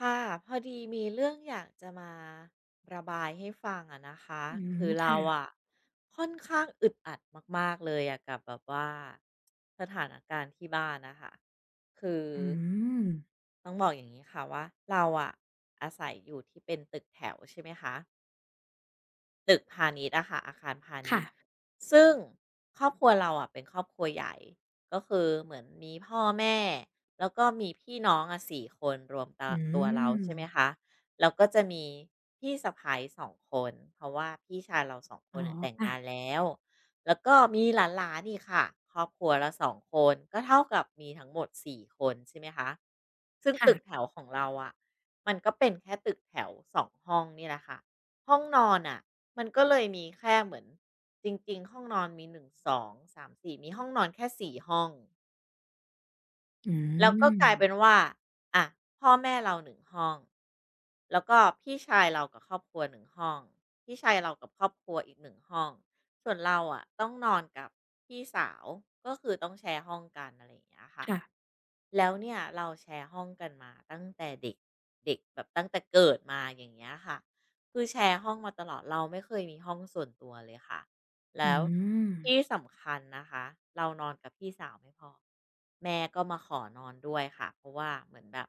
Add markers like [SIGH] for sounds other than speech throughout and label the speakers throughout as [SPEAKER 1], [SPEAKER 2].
[SPEAKER 1] ค่ะพอดีมีเรื่องอยากจะมาระบายให้ฟังอะนะคะ
[SPEAKER 2] อืม
[SPEAKER 1] คือเรา
[SPEAKER 2] ค่ะ
[SPEAKER 1] อะค่อนข้างอึดอัดมากๆเลยอะกับแบบว่าสถานการณ์ที่บ้านนะคะคือ
[SPEAKER 2] อืม
[SPEAKER 1] ต้องบอกอย่างนี้ค่ะว่าเราอะอาศัยอยู่ที่เป็นตึกแถวใช่ไหมคะ ตึกพาณิชย์อะค่ะอาคารพาณิ
[SPEAKER 2] ค่ะ
[SPEAKER 1] ชย์ซึ่งครอบครัวเราอะเป็นครอบครัวใหญ่ก็คือเหมือนมีพ่อแม่แล้วก็มีพี่น้องอะสี่คนรวมตะ
[SPEAKER 2] อื
[SPEAKER 1] ตัวเรา
[SPEAKER 2] ม
[SPEAKER 1] ใช่ไหมคะแล้วก็จะมีพี่สะใภ้สองคนเพราะว่าพี่ชายเราสองค
[SPEAKER 2] อ๋อ
[SPEAKER 1] นน่ะแต่ง
[SPEAKER 2] ค่ะ
[SPEAKER 1] งานแล้วแล้วก็มีหลานๆอีกค่ะครอบครัวละสองคนก็เท่ากับมีทั้งหมด4คนใช่ไหมคะซึ่งตึกแถ
[SPEAKER 2] ค่ะ
[SPEAKER 1] วของเราอะมันก็เป็นแค่ตึกแถว2ห้องนี่แหละค่ะ ห้องนอนอะมันก็เลยมีแค่เหมือนจริงๆห้องนอนมีหนึ่งสองสามสีมีห้องนอนแค่4ห้อง
[SPEAKER 2] อื
[SPEAKER 1] แล้วก็กลายเป็น
[SPEAKER 2] ม
[SPEAKER 1] ว่าอะพ่อแม่เรา1ห้องแล้วก็พี่ชายเรากับครอบครัวหนึ่งห้องพี่ชายเรากับครอบครัวอีก1ห้องส่วนเราอะต้องนอนกับพี่สาวก็คือต้องแชร์ห้องกันอะไรอย่างเงี้ยค่ะ
[SPEAKER 2] ค่ะ
[SPEAKER 1] แล้วเนี่ยเราแชร์ห้องกันมาตั้งแต่เด็กเด็กแบบตั้งแต่เกิดมาอย่างเงี้ยค่ะคือแชร์ห้องมาตลอดเราไม่เคยมีห้องส่วนตัวเลยค่ะ
[SPEAKER 2] อื
[SPEAKER 1] แล้ว
[SPEAKER 2] ม
[SPEAKER 1] ที่สำคัญนะคะเรานอนกับพี่สาวไม่พอแม่ก็มาขอนอนด้วยค่ะเพราะว่าเหมือนแบบ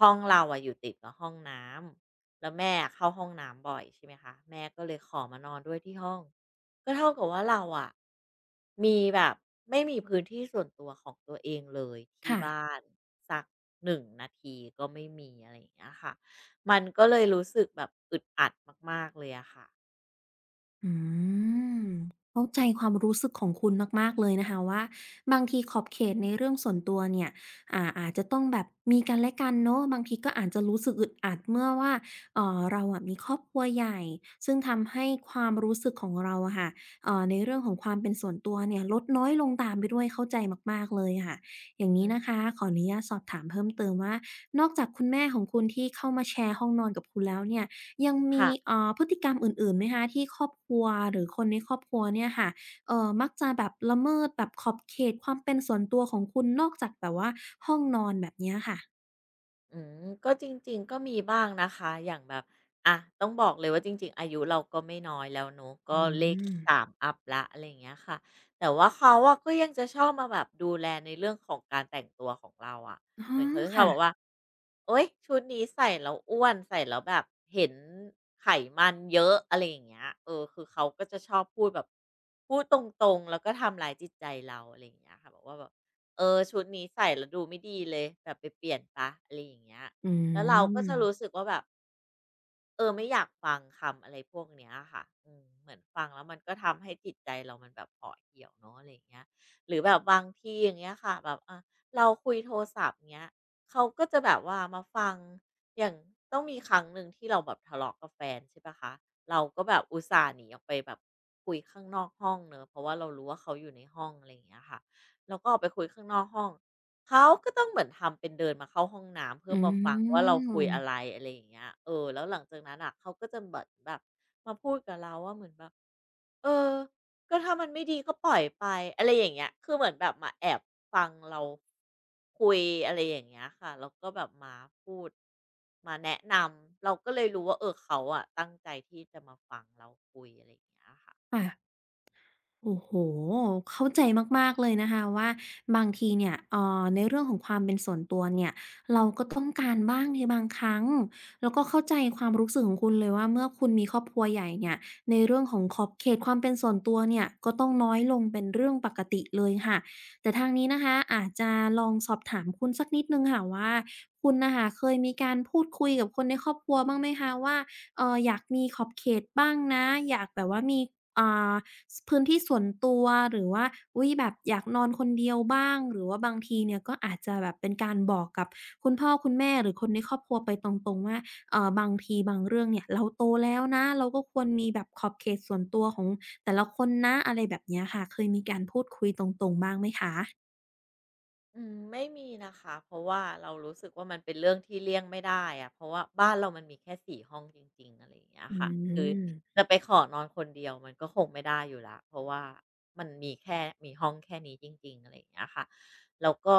[SPEAKER 1] ห้องเราอะอยู่ติดกับห้องน้ำแล้วแม่เข้าห้องน้ำบ่อยใช่ไหมคะแม่ก็เลยขอมานอนด้วยที่ห้อง ก็เท่ากับว่าเราอะมีแบบไม่มีพื้นที่ส่วนตัวของตัวเองเลยที่
[SPEAKER 2] ค่ะ
[SPEAKER 1] บ้านสักหนงนาทีก็ไม่มีอะไรอย่างเงี้ยค่ะมันก็เลยรู้สึกแบบอึดอัดมากๆเลยอะค่ะ
[SPEAKER 2] อืมเข้าใจความรู้สึกของคุณมากๆเลยนะคะว่าบางทีขอบเขตในเรื่องส่วนตัวเนี่ยอาจจะต้องแบบมีกันและกันเนาะบางทีก็อาจจะรู้สึกอึดอัดเมื่อว่าเราอะมีครอบครัวใหญ่ซึ่งทำให้ความรู้สึกของเราอะค่ะในเรื่องของความเป็นส่วนตัวเนี่ยลดน้อยลงตามไปด้วยเข้าใจมากๆเลยค่ะอย่าง
[SPEAKER 1] อื
[SPEAKER 2] นี้
[SPEAKER 1] ม
[SPEAKER 2] นะคะขออนุญาตสอบถามเพิ่มเติมว่านอกจากคุณแม่ของคุณที่เข้ามาแชร์ห้องนอนกับคุณแล้วเนี่ย ยังมี
[SPEAKER 1] ค่ะ
[SPEAKER 2] พฤติกรรมอื่นๆไหมคะที่ครอบครัวหรือคนในครอบครัวเนี่ยค่ะมักจะแบบละเมิดแบบขอบเขตความเป็นส่วนตัวของคุณนอกจากแบบว่าห้องนอนแบบเนี้ยค่ะ
[SPEAKER 1] อืมก็จริงๆ ก็มีบ้างนะคะ อย่างแบบอะต้องบอกเลยว่าจริงๆ อายุเราก็ไม่น้อยแล้วเนาะ
[SPEAKER 2] อื
[SPEAKER 1] ก็เลข
[SPEAKER 2] ม
[SPEAKER 1] 3อัปแล้วอะไรอย่างเงี้ยค่ะ แต่ว่าเขาอะก็ยังจะชอบมาแบบดูแลในเรื่องของการแต่งตัวของเราอะ
[SPEAKER 2] อ๋อ
[SPEAKER 1] เหมือนเขาจะชอบบอก
[SPEAKER 2] ค่ะ
[SPEAKER 1] ว่าโอ๊ยชุดนี้ใส่แล้วอ้วนใส่แล้วแบบเห็นไขมันเยอะอะไรอย่างเงี้ยเออคือเขาก็จะชอบพูดแบบพูดตรงๆแล้วก็ทำร้ายจิตใจเราอะไรอย่างเงี้ยค่ะบอกว่าแบบ เออชุดนี้ใส่แล้วดูไม่ดีเลยแบบไปเปลี่ยนเะียอะไรอย่างเงี้ย
[SPEAKER 2] อื
[SPEAKER 1] แล้วเราก็
[SPEAKER 2] ม
[SPEAKER 1] จะรู้สึกว่าแบบเออไม่อยากฟังคำอะไรพวกเนี้ยค่ะอืมเหมือนฟังแล้วมันก็ทำให้จิตใจเรามันแบบห่อเหี่ยวเนาะอะไรอย่างเงี้ยหรือแบบบางทีอย่างเงี้ยค่ะแบบเราคุยโทรศัพท์เงี้ยเขาก็จะแบบว่ามาฟังอย่างต้องมีครั้งหนึ่งที่เราแบบทะเลาะกับแฟนใช่เปล่าคะเราก็แบบอุตส่าห์หนีออกไปแบบคุยข้างนอกห้องเนาะเพราะว่าเรารู้ว่าเขาอยู่ในห้องอะไรอย่างเงี้ยค่ะเราก็ออกไปคุยข้างนอกห้อง เขาก็ต้องเหมือนทำเป็นเดินมาเข้าห้องน้ำเพื่
[SPEAKER 2] อื
[SPEAKER 1] อมาฟังว่าเราคุยอะไร
[SPEAKER 2] ม
[SPEAKER 1] อะไรอย่างเงี้ยเออแล้วหลังจากนั้นอ่ะเขาก็จะเหมือนแบบมาพูดกับเราว่าเหมือนแบบเออก็ถ้ามันไม่ดีก็ปล่อยไปอะไรอย่างเงี้ยคือเหมือนแบบมาแอบฟังเราคุยอะไรอย่างเงี้ยค่ะแล้วก็แบบมาพูดมาแนะนำเราก็เลยรู้ว่าเออเขาอะตั้งใจที่จะมาฟังเราคุยอะไรอย่างเงี้ยค่ะ
[SPEAKER 2] ค่ะ โอ้โหเข้าใจมากๆเลยนะคะว่าบางทีเนี่ยในเรื่องของความเป็นส่วนตัวเนี่ยเราก็ต้องการบ้างในบางครั้งแล้วก็เข้าใจความรู้สึกของคุณเลยว่าเมื่อคุณมีครอบครัวใหญ่เนี่ยในเรื่องของขอบเขตความเป็นส่วนตัวเนี่ยก็ต้องน้อยลงเป็นเรื่องปกติเลยค่ะแต่ทางนี้นะคะอาจจะลองสอบถามคุณสักนิดหนึ่งค่ะว่าคุณน่ะค่ะเคยมีการพูดคุยกับคนในครอบครัวบ้างไหมคะว่าอยากมีขอบเขตบ้างนะอยากแบบว่ามีอ่า สพื้นที่ส่วนตัวหรือว่าอุ๊ยแบบอยากนอนคนเดียวบ้างหรือว่าบางทีเนี่ยก็อาจจะแบบเป็นการบอกกับคุณพ่อคุณแม่หรือคนในครอบครัวไปตรงๆว่าบางทีบางเรื่องเนี่ยเราโตแล้วนะเราก็ควรมีแบบขอบเขตส่วนตัวของแต่ละคนนะอะไรแบบเนี้ยค่ะเคยมีการพูดคุยตรงๆบ้างไหมคะ
[SPEAKER 1] อืมไม่มีนะคะเพราะว่าเรารู้สึกว่ามันเป็นเรื่องที่เลี่ยงไม่ได้อะเพราะว่าบ้านเรามันมีแค่สี่ห้องจริงๆอะไรอย่างเงี้ย
[SPEAKER 2] อื
[SPEAKER 1] ค่ะคือ
[SPEAKER 2] ม
[SPEAKER 1] จะไปขอนอนคนเดียวมันก็คงไม่ได้อยู่แล้วเพราะว่ามันมีแค่มีห้องแค่นี้จริงๆอะไรอย่างเงี้ยค่ะ แล้วก็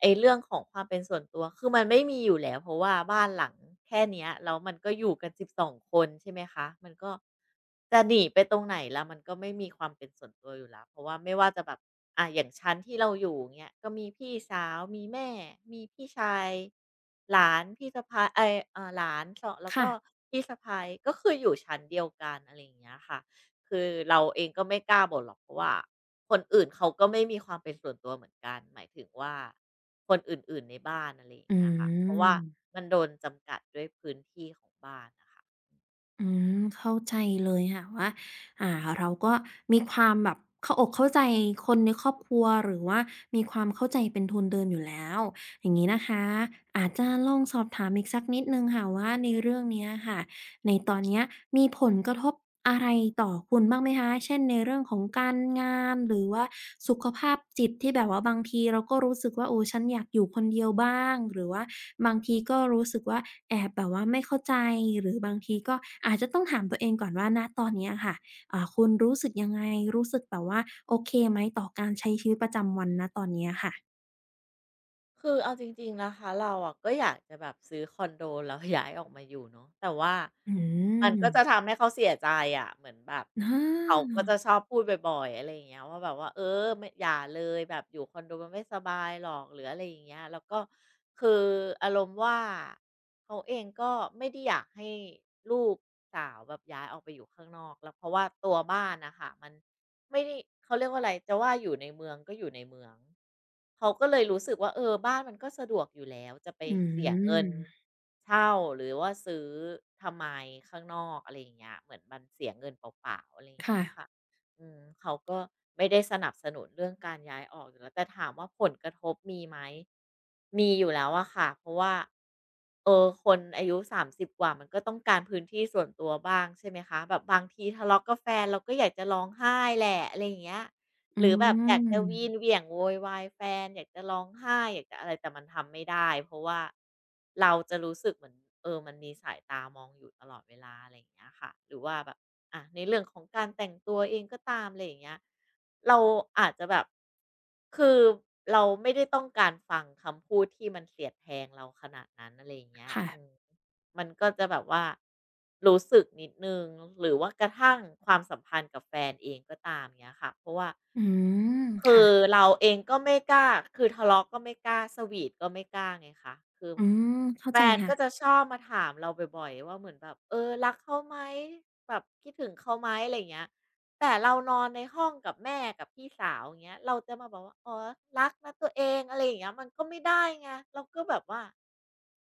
[SPEAKER 1] ไอ้เรื่องของความเป็นส่วนตัวคือมันไม่มีอยู่แล้วเพราะว่าบ้านหลังแค่เนี้ยแล้วมันก็อยู่กัน12คนใช่ไหมคะมันก็จะหนีไปตรงไหนล่ะมันก็ไม่มีความเป็นส่วนตัวอยู่แล้วเพราะว่าไม่ว่าจะแบบอย่างชั้นที่เราอยู่อย่างเงี้ยก็มีพี่สาวมีแม่มีพี่ชายหลานพี่สะใภ้เอ๊ยเอ่าหลานสแล้วก็
[SPEAKER 2] ค่ะ
[SPEAKER 1] พี่สะใภ้ก็คืออยู่ชั้นเดียวกันอะไรอย่างเงี้ยค่ะ คือเราเองก็ไม่กล้าบ่นหรอกเพราะว่าคนอื่นเขาก็ไม่มีความเป็นส่วนตัวเหมือนกันหมายถึงว่าคนอื่นๆในบ้านอะไรอย่า
[SPEAKER 2] อื
[SPEAKER 1] งเงี้ยค่ะเพราะว่า
[SPEAKER 2] ม
[SPEAKER 1] มันโดนจำกัดด้วยพื้นที่ของบ้านนะค่ะ
[SPEAKER 2] อืมเข้าใจเลยค่ะว่าอ่าเราก็มีความแบบเข้าอกเข้าใจคนในครอบครัวหรือว่ามีความเข้าใจเป็นทุนเดิมอยู่แล้วอย่างงี้นะคะอาจจะลองสอบถามอีกสักนิดหนึ่งค่ะว่าในเรื่องเนี้ยค่ะ ในตอนเนี้ยมีผลกระทบอะไรต่อคุณบ้างไหมคะ เช่นในเรื่องของการงานหรือว่าสุขภาพจิตที่แบบว่าบางทีเราก็รู้สึกว่าโอ้ฉันอยากอยู่คนเดียวบ้างหรือว่าบางทีก็รู้สึกว่าแอบแบบว่าไม่เข้าใจหรือบางทีก็อาจจะต้องถามตัวเองก่อนว่าณตอนเนี้ยค่ะคุณรู้สึกยังไงรู้สึกแบบว่าโอเคไหมต่อการใช้ชีวิตประจำวันณตอนเนี้ยค่ะ
[SPEAKER 1] คือเอาจริงๆนะคะเราอะก็อยากจะแบบซื้อคอนโดแล้วย้ายออกมาอยู่เนาะแต่ว่า
[SPEAKER 2] อื
[SPEAKER 1] มัน
[SPEAKER 2] ม
[SPEAKER 1] ก็จะทำให้เขาเสียใจอะเหมือนแบบ
[SPEAKER 2] อ
[SPEAKER 1] เขาก็
[SPEAKER 2] า
[SPEAKER 1] จะชอบพูดบ่อยๆอะไรอย่างเงี้ยว่าแบบว่าเออไม่อย่าเลยแบบอยู่คอนโดมันไม่สบายหรอกหรืออะไรอย่างเงี้ยแล้วก็คืออารมณ์ว่าเขาเองก็ไม่ได้อยากให้ลูกสาวแบบย้ายออกไปอยู่ข้างนอกแล้วเพราะว่าตัวบ้านน่ะค่ะมัน ไม่ได้เขาเรียกว่าอะไรจะว่าอยู่ในเมืองก็อยู่ในเมืองเขาก็เลยรู้สึกว่าเออบ้านมันก็สะดวกอยู่แล้วจะไป
[SPEAKER 2] อื
[SPEAKER 1] เสียเงิน
[SPEAKER 2] ม
[SPEAKER 1] เช่าหรือว่าซื้อทำไมข้างนอกอะไรอย่างเงี้ยเหมือนมันเสียเงินเปล่าๆอะไรอย่างเงี้ยค่ะ
[SPEAKER 2] ค่ะ
[SPEAKER 1] อืมเขาก็ไม่ได้สนับสนุนเรื่องการย้ายออกอยู่แล้วแต่ถามว่าผลกระทบมีไหมมีอยู่แล้วอะค่ะเพราะว่าเออคนอายุ30กว่ามันก็ต้องการพื้นที่ส่วนตัวบ้างใช่ไหมคะแบบบางทีทะเลาะกับแฟนเราก็อยากจะร้องไห้แหละอะไรอย่างเงี้ย
[SPEAKER 2] อื
[SPEAKER 1] หรือแบบอยากจะวีนเห
[SPEAKER 2] ม
[SPEAKER 1] วี่ยงโวยวายแฟนอยากจะร้องไห้อยากจะอะไรแต่มันทำไม่ได้เพราะว่าเราจะรู้สึกเหมือนเออมันมีสายตามองอยู่ตลอดเวลาอะไรอย่างเงี้ยค่ะหรือว่าแบบอะในเรื่องของการแต่งตัวเองก็ตามอะไรอย่างเงี้ยเราอาจจะแบบคือเราไม่ได้ต้องการฟังคำพูดที่มันเสียดแทงเราขนาดนั้นอะไรอย่างเงี้ย
[SPEAKER 2] ค่ะ
[SPEAKER 1] อืม มันก็จะแบบว่ารู้สึกนิดนึงหรือว่ากระทั่งความสัมพันธ์กับแฟนเองก็ตามเงี้ยค่ะเพราะว่า
[SPEAKER 2] อืม
[SPEAKER 1] คือ
[SPEAKER 2] ค่ะ
[SPEAKER 1] เราเองก็ไม่กล้าคือทะเลาะก็ไม่กล้าสวีตก็ไม่กล้าไงคะคือ
[SPEAKER 2] อืมเข้า
[SPEAKER 1] แฟ
[SPEAKER 2] ใจ
[SPEAKER 1] น
[SPEAKER 2] ค่ะ
[SPEAKER 1] ก็จะชอบมาถามเราบ่อยๆว่าเหมือนแบบเออรักเขาไหมแบบคิดถึงเขาไหมอะไรเงี้ยแต่เรานอนในห้องกับแม่กับพี่สาวอย่างเงี้ยเราจะมาบอกว่าอ๋อรักนะตัวเองอะไรอย่างเงี้ยมันก็ไม่ได้ไงเราก็แบบว่า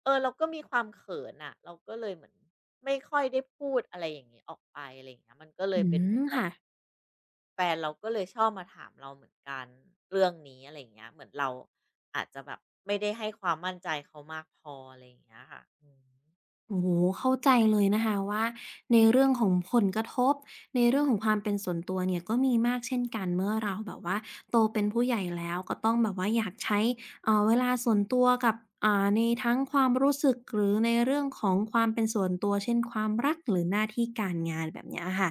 [SPEAKER 1] เออเราก็มีความเขินอะเราก็เลยเหมือนไม่ค่อยได้พูดอะไรอย่างงี้ออกไปอะไรอย่างเงี้ยมันก็เล
[SPEAKER 2] อื
[SPEAKER 1] ยเป็นเหมื
[SPEAKER 2] ม
[SPEAKER 1] อนแบบ
[SPEAKER 2] ค่ะ
[SPEAKER 1] แฟนเราก็เลยชอบมาถามเราเหมือนกันเรื่องนี้อะไรอย่างเงี้ยเหมือนเราอาจจะแบบไม่ได้ให้ความมั่นใจเขามากพออะไรอย่างเงี้ยค่ะอือฮึ
[SPEAKER 2] โอ้โฮเข้าใจเลยนะคะว่าในเรื่องของผลกระทบในเรื่องของความเป็นส่วนตัวเนี่ยก็มีมากเช่นกันเมื่อเราแบบว่าโตเป็นผู้ใหญ่แล้วก็ต้องแบบว่าอยากใช้เวลาส่วนตัวกับในทั้งความรู้สึกหรือในเรื่องของความเป็นส่วนตัวเช่นความรักหรือหน้าที่การงานแบบเนี้ยค่ะ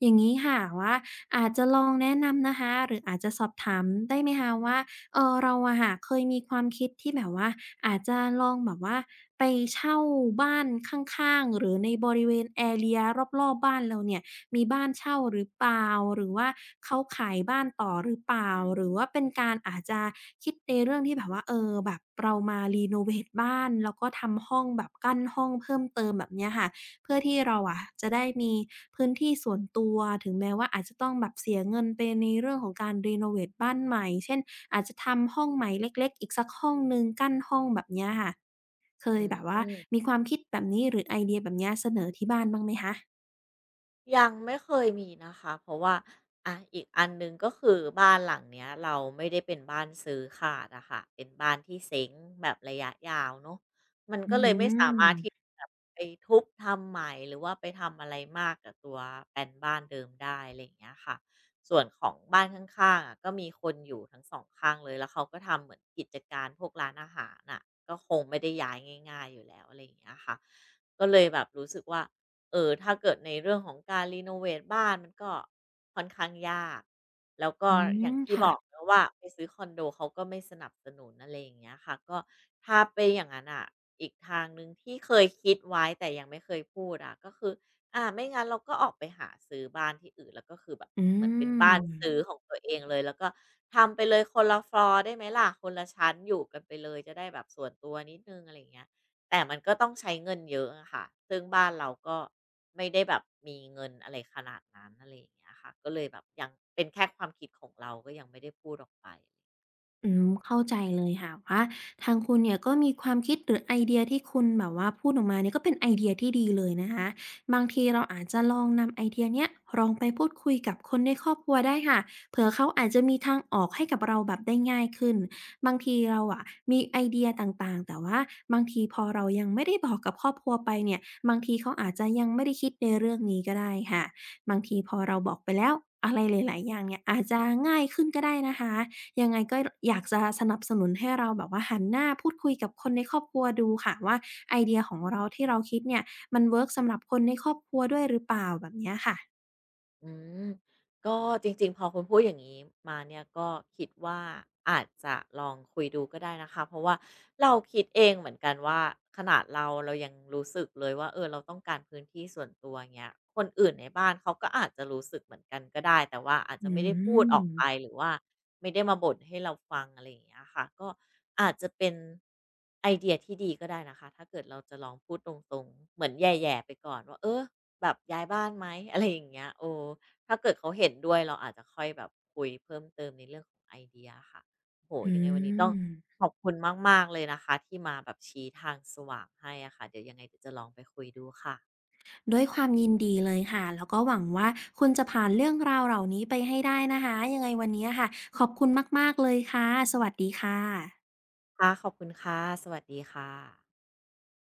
[SPEAKER 2] อย่างงี้ค่ะว่าอาจจะลองแนะนำนะคะหรืออาจจะสอบถามได้ไหมคะว่า เออเราอะค่ะเคยมีความคิดที่แบบว่าอาจจะลองแบบว่าไปเช่าบ้านข้างๆหรือในบริเวณแอเรียรอบๆบ้านเราเนี่ยมีบ้านเช่าหรือเปล่าหรือว่าเขาขายบ้านต่อหรือเปล่าหรือว่าเป็นการอาจจะคิดในเรื่องที่แบบว่าเออแบบเรามารีโนเวทบ้านแล้วก็ทำห้องแบบกั้นห้องเพิ่มเติมแบบเนี้ยค่ะเพื่อที่เราอะจะได้มีพื้นที่ส่วนตัวถึงแม้ว่าอาจจะต้องแบบเสียเงินไปในเรื่องของการรีโนเวทบ้านใหม่เช่น อาจจะทำห้องใหม่เล็กๆอีกสักห้องหนึ่งกั้นห้องแบบเนี้ยค่ะ เค
[SPEAKER 1] อื
[SPEAKER 2] ยแบบว่า
[SPEAKER 1] ม
[SPEAKER 2] มีความคิดแบบนี้หรือไอเดียแบบเนี้ยเสนอที่บ้านบ้างไหมคะ
[SPEAKER 1] ยังไม่เคยมีนะคะเพราะว่าอ่ะอีกอันหนึ่งก็คือบ้านหลังเนี้ยเราไม่ได้เป็นบ้านซื้อขาดอะค่ะเป็นบ้านที่เซ้งแบบระยะยาวเนาะมัน
[SPEAKER 2] อื
[SPEAKER 1] ก็เลยไม่สามารถที่
[SPEAKER 2] ม
[SPEAKER 1] จะแบบไปทุบทำใหม่หรือว่าไปทำอะไรมากกับตัวแปลนบ้านเดิมได้อะไรอย่างเงี้ยค่ะส่วนของบ้านข้างๆอะก็มีคนอยู่ทั้งสองข้างเลยแล้วเขาก็ทำเหมือนกิจการพวกร้านอาหารน่ะก็คงไม่ได้ย้ายง่ายๆอยู่แล้วอะไรอย่างเงี้ยค่ะก็เลยแบบรู้สึกว่า เออถ้าเกิดในเรื่องของการรีโนเวทบ้านมันก็ค่อนข้างยากแล้วก็
[SPEAKER 2] อื
[SPEAKER 1] อย่า
[SPEAKER 2] ม
[SPEAKER 1] งที่บ
[SPEAKER 2] ค่ะ
[SPEAKER 1] อกเนาะว่าไปซื้อคอนโดเขาก็ไม่สนับสนุนอะไรอย่างเงี้ยค่ะก็ถ้าเป็นอย่างนั้นอ่ะอีกทางหนึ่งที่เคยคิดไว้แต่ยังไม่เคยพูดอะก็คืออาไม่งั้นเราก็ออกไปหาซื้อบ้านที่อื่นแล้วก็คือแบบ
[SPEAKER 2] อื
[SPEAKER 1] เหมือนเป็นบ้านซื้อ
[SPEAKER 2] ม
[SPEAKER 1] ของตัวเองเลยแล้วก็ทำไปเลยคนละฟลอร์ได้ไหมล่ะคนละชั้นอยู่กันไปเลยจะได้แบบส่วนตัวนิดหนึ่งอะไรอย่างเงี้ย แต่มันก็ต้องใช้เงินเยอะอะค่ะ ซึ่งบ้านเราก็ไม่ได้แบบมีเงินอะไรขนาดนั้นอะไรอย่างเงี้ยค่ะ ก็เลยแบบยังเป็นแค่ความคิดของเราก็ยังไม่ได้พูดออกไป
[SPEAKER 2] อืมเข้าใจเลยค่ะว่าทางคุณเนี่ยก็มีความคิดหรือไอเดียที่คุณแบบว่าพูดออกมาเนี่ยก็เป็นไอเดียที่ดีเลยนะคะบางทีเราอาจจะลองนำไอเดียเนี้ยลองไปพูดคุยกับคนในครอบครัวได้ค่ะเผื่อเขาอาจจะมีทางออกให้กับเราแบบได้ง่ายขึ้นบางทีเราอะมีไอเดียต่างๆแต่ว่าบางทีพอเรายังไม่ได้บอกกับครอบครัวไปเนี่ยบางทีเขาอาจจะยังไม่ได้คิดในเรื่องนี้ก็ได้ค่ะบางทีพอเราบอกไปแล้วอะไรหลายๆอย่างเนี่ยอาจจะง่ายขึ้นก็ได้นะคะ ยังไงก็อยากจะสนับสนุนให้เราแบบว่าหันหน้าพูดคุยกับคนในครอบครัวดูค่ะว่าไอเดียของเราที่เราคิดเนี่ยมันเวิร์กสำหรับคนในครอบครัวด้วยหรือเปล่าแบบเนี้ยค่ะ
[SPEAKER 1] อืมก็จริงๆพอคุณพูดอย่างนี้มาเนี่ยก็คิดว่าอาจจะลองคุยดูก็ได้นะคะเพราะว่าเราคิดเองเหมือนกันว่าขนาดเรายังรู้สึกเลยว่าเออเราต้องการพื้นที่ส่วนตัวเงี้ยคนอื่นในบ้านเขาก็อาจจะรู้สึกเหมือนกันก็ได้แต่ว่าอาจจะ
[SPEAKER 2] อื
[SPEAKER 1] ไม่ได้พูดออกไป
[SPEAKER 2] ม
[SPEAKER 1] หรือว่าไม่ได้มาบ่นให้เราฟังอะไรอย่างเงี้ยค่ะก็อาจจะเป็นไอเดียที่ดีก็ได้นะคะถ้าเกิดเราจะลองพูดตรงๆเหมือนแย่ๆไปก่อนว่าเออ แบบย้ายบ้านไหม [LAUGHS] อะไรอย่างเงี้ยโอ้ถ้าเกิดเขาเห็นด้วยเราอาจจะค่อยแบบคุยเพิ่มเติมในเรื่องของไอเดียค่ะโห
[SPEAKER 2] อื
[SPEAKER 1] ยังไงวันนี้ต้อ
[SPEAKER 2] ม
[SPEAKER 1] งขอบคุณมากๆเลยนะคะที่มาแบบชี้ทางสว่างให้อะค่ะเดี๋ยวยังไงเดี๋ยวจะลองไปคุยดูค่ะ
[SPEAKER 2] ด้วยความยินดีเลยค่ะแล้วก็หวังว่าคุณจะผ่านเรื่องราวเหล่านี้ไปให้ได้นะคะยังไงวันนี้ค่ะขอบคุณมากๆเลยค่ะสวัสดีค่ะ
[SPEAKER 1] ค่ะขอบคุณค่ะสวัสดีค่ะ